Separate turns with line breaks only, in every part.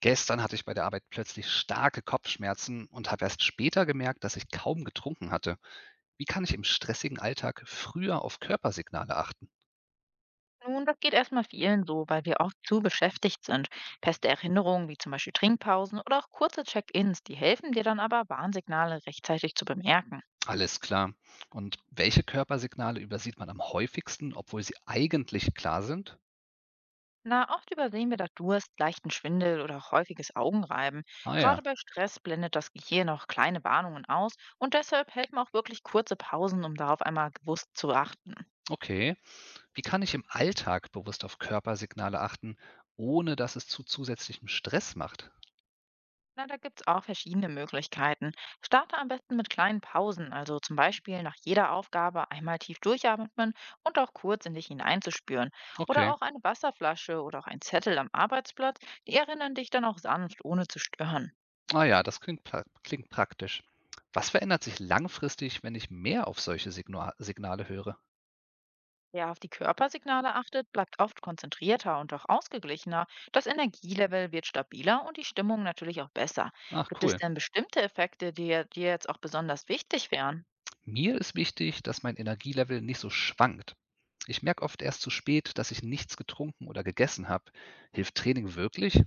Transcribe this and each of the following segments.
Gestern hatte ich bei der Arbeit plötzlich starke Kopfschmerzen und habe erst später gemerkt, dass ich kaum getrunken hatte. Wie kann ich im stressigen Alltag früher auf Körpersignale achten?
Nun, das geht erstmal vielen so, weil wir oft zu beschäftigt sind. Feste Erinnerungen wie zum Beispiel Trinkpausen oder auch kurze Check-ins, die helfen dir dann aber, Warnsignale rechtzeitig zu bemerken.
Alles klar. Und welche Körpersignale übersieht man am häufigsten, obwohl sie eigentlich klar sind?
Na, oft übersehen wir da Durst, leichten Schwindel oder auch häufiges Augenreiben.
Ah
Gerade
ja,
bei Stress blendet das Gehirn auch kleine Warnungen aus und deshalb helfen auch wirklich kurze Pausen, um darauf einmal bewusst zu achten.
okay. Wie kann ich im Alltag bewusst auf Körpersignale achten, ohne dass es zu zusätzlichem Stress macht?
Na, da gibt's auch verschiedene Möglichkeiten. Starte am besten mit kleinen Pausen, also zum Beispiel nach jeder Aufgabe einmal tief durchatmen und auch kurz in dich hineinzuspüren. Oder
Okay.
auch eine Wasserflasche oder auch ein Zettel am Arbeitsplatz, die erinnern dich dann auch sanft, ohne zu stören.
Ah ja, das klingt, pra klingt praktisch. Was verändert sich langfristig, wenn ich mehr auf solche Signale höre?
Wer auf die Körpersignale achtet, bleibt oft konzentrierter und auch ausgeglichener. Das Energielevel wird stabiler und die Stimmung natürlich auch besser.
Ach
Gibt es
cool.
denn bestimmte Effekte, die dir jetzt auch besonders wichtig wären?
Mir ist wichtig, dass mein Energielevel nicht so schwankt. Ich merke oft erst zu spät, dass ich nichts getrunken oder gegessen habe. Hilft Training wirklich?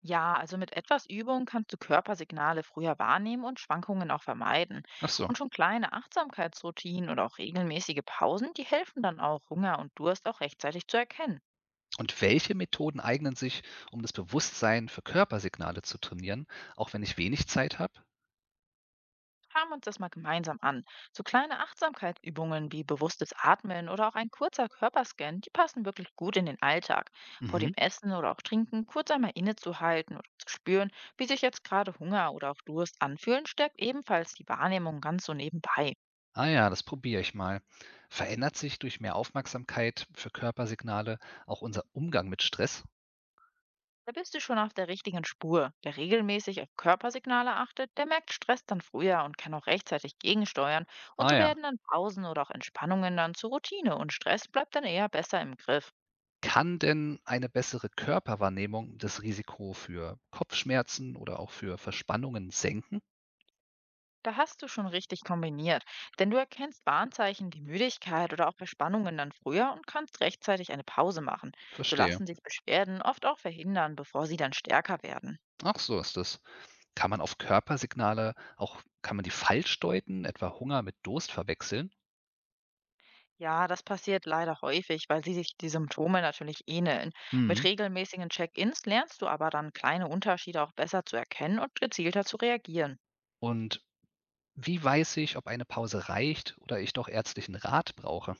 Ja, also mit etwas Übung kannst du Körpersignale früher wahrnehmen und Schwankungen auch vermeiden.
Ach so.
Und schon kleine Achtsamkeitsroutinen oder auch regelmäßige Pausen, die helfen dann auch, Hunger und Durst auch rechtzeitig zu erkennen.
Und welche Methoden eignen sich, um das Bewusstsein für Körpersignale zu trainieren, auch wenn ich wenig Zeit habe?
Schauen wir uns das mal gemeinsam an. So kleine Achtsamkeitsübungen wie bewusstes Atmen oder auch ein kurzer Körperscan, die passen wirklich gut in den Alltag. Vor dem
Mhm.
Essen oder auch Trinken kurz einmal innezuhalten oder zu spüren, wie sich jetzt gerade Hunger oder auch Durst anfühlen, stärkt ebenfalls die Wahrnehmung ganz so nebenbei.
Ah ja, das probiere ich mal. Verändert sich durch mehr Aufmerksamkeit für Körpersignale auch unser Umgang mit Stress?
Da bist du schon auf der richtigen Spur. Wer regelmäßig auf Körpersignale achtet, der merkt Stress dann früher und kann auch rechtzeitig gegensteuern. Und
Ah
so
ja.
werden dann Pausen oder auch Entspannungen dann zur Routine und Stress bleibt dann eher besser im Griff.
Kann denn eine bessere Körperwahrnehmung das Risiko für Kopfschmerzen oder auch für Verspannungen senken?
Da hast du schon richtig kombiniert, denn du erkennst Warnzeichen wie Müdigkeit oder auch Verspannungen dann früher und kannst rechtzeitig eine Pause machen. So
Verstehe.
lassen sich Beschwerden oft auch verhindern, bevor sie dann stärker werden.
Ach, so ist das. Kann man auf Körpersignale auch, kann man die falsch deuten, etwa Hunger mit Durst verwechseln?
Ja, das passiert leider häufig, weil sie sich die Symptome natürlich ähneln. Mit
Mhm.
regelmäßigen Check-ins lernst du aber dann kleine Unterschiede auch besser zu erkennen und gezielter zu reagieren.
Und wie weiß ich, ob eine Pause reicht oder ich doch ärztlichen Rat brauche?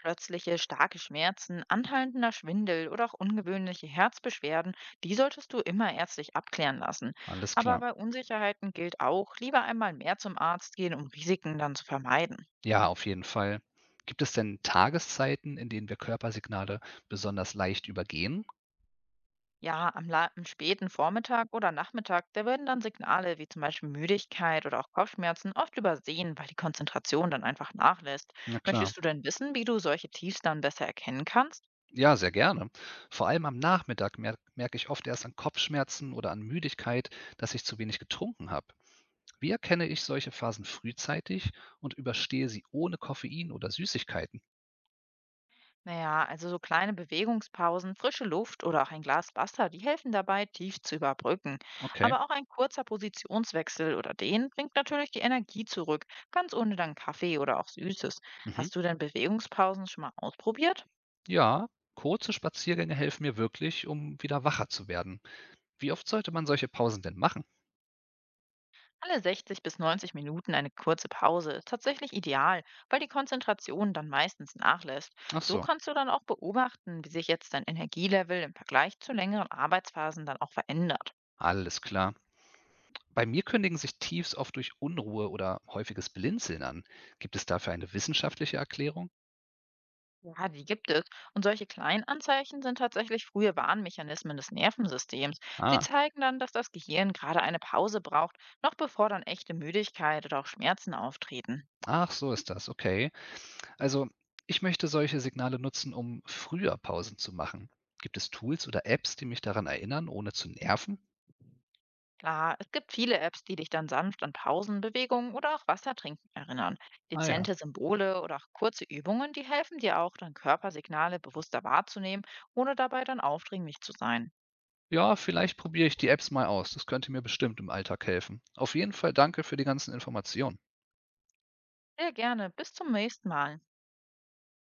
Plötzliche starke Schmerzen, anhaltender Schwindel oder auch ungewöhnliche Herzbeschwerden, die solltest du immer ärztlich abklären lassen.
Alles
Aber
klar.
bei Unsicherheiten gilt auch, lieber einmal mehr zum Arzt gehen, um Risiken dann zu vermeiden.
Ja, auf jeden Fall. Gibt es denn Tageszeiten, in denen wir Körpersignale besonders leicht übergehen?
Ja, am späten Vormittag oder Nachmittag, da werden dann Signale wie zum Beispiel Müdigkeit oder auch Kopfschmerzen oft übersehen, weil die Konzentration dann einfach nachlässt.
Na klar.
Möchtest du denn wissen, wie du solche Tiefs dann besser erkennen kannst?
Ja, sehr gerne. Vor allem am Nachmittag merke ich oft erst an Kopfschmerzen oder an Müdigkeit, dass ich zu wenig getrunken habe. Wie erkenne ich solche Phasen frühzeitig und überstehe sie ohne Koffein oder Süßigkeiten?
Naja, also so kleine Bewegungspausen, frische Luft oder auch ein Glas Wasser, die helfen dabei, tief zu überbrücken.
Okay.
Aber auch ein kurzer Positionswechsel oder den bringt natürlich die Energie zurück, ganz ohne dann Kaffee oder auch Süßes.
Mhm.
Hast du denn Bewegungspausen schon mal ausprobiert?
Ja, kurze Spaziergänge helfen mir wirklich, um wieder wacher zu werden. Wie oft sollte man solche Pausen denn machen?
Alle 60 bis 90 Minuten eine kurze Pause ist tatsächlich ideal, weil die Konzentration dann meistens nachlässt.
Ach
So
so,
kannst du dann auch beobachten, wie sich jetzt dein Energielevel im Vergleich zu längeren Arbeitsphasen dann auch verändert.
alles klar. Bei mir kündigen sich Tiefs oft durch Unruhe oder häufiges Blinzeln an. Gibt es dafür eine wissenschaftliche Erklärung?
Ja, die gibt es. Und solche kleinen Anzeichen sind tatsächlich frühe Warnmechanismen des Nervensystems. Sie
Ah,
zeigen dann, dass das Gehirn gerade eine Pause braucht, noch bevor dann echte Müdigkeit oder auch Schmerzen auftreten.
ach so ist das, okay. Also, ich möchte solche Signale nutzen, um früher Pausen zu machen. Gibt es Tools oder Apps, die mich daran erinnern, ohne zu nerven?
Klar, es gibt viele Apps, die dich dann sanft an Pausen, Bewegungen oder auch Wassertrinken erinnern.
Ah ja.
Dezente Symbole oder auch kurze Übungen, die helfen dir auch, deine Körpersignale bewusster wahrzunehmen, ohne dabei dann aufdringlich zu sein.
Ja, vielleicht probiere ich die Apps mal aus. Das könnte mir bestimmt im Alltag helfen. Auf jeden Fall danke für die ganzen Informationen.
Sehr gerne, bis zum nächsten Mal.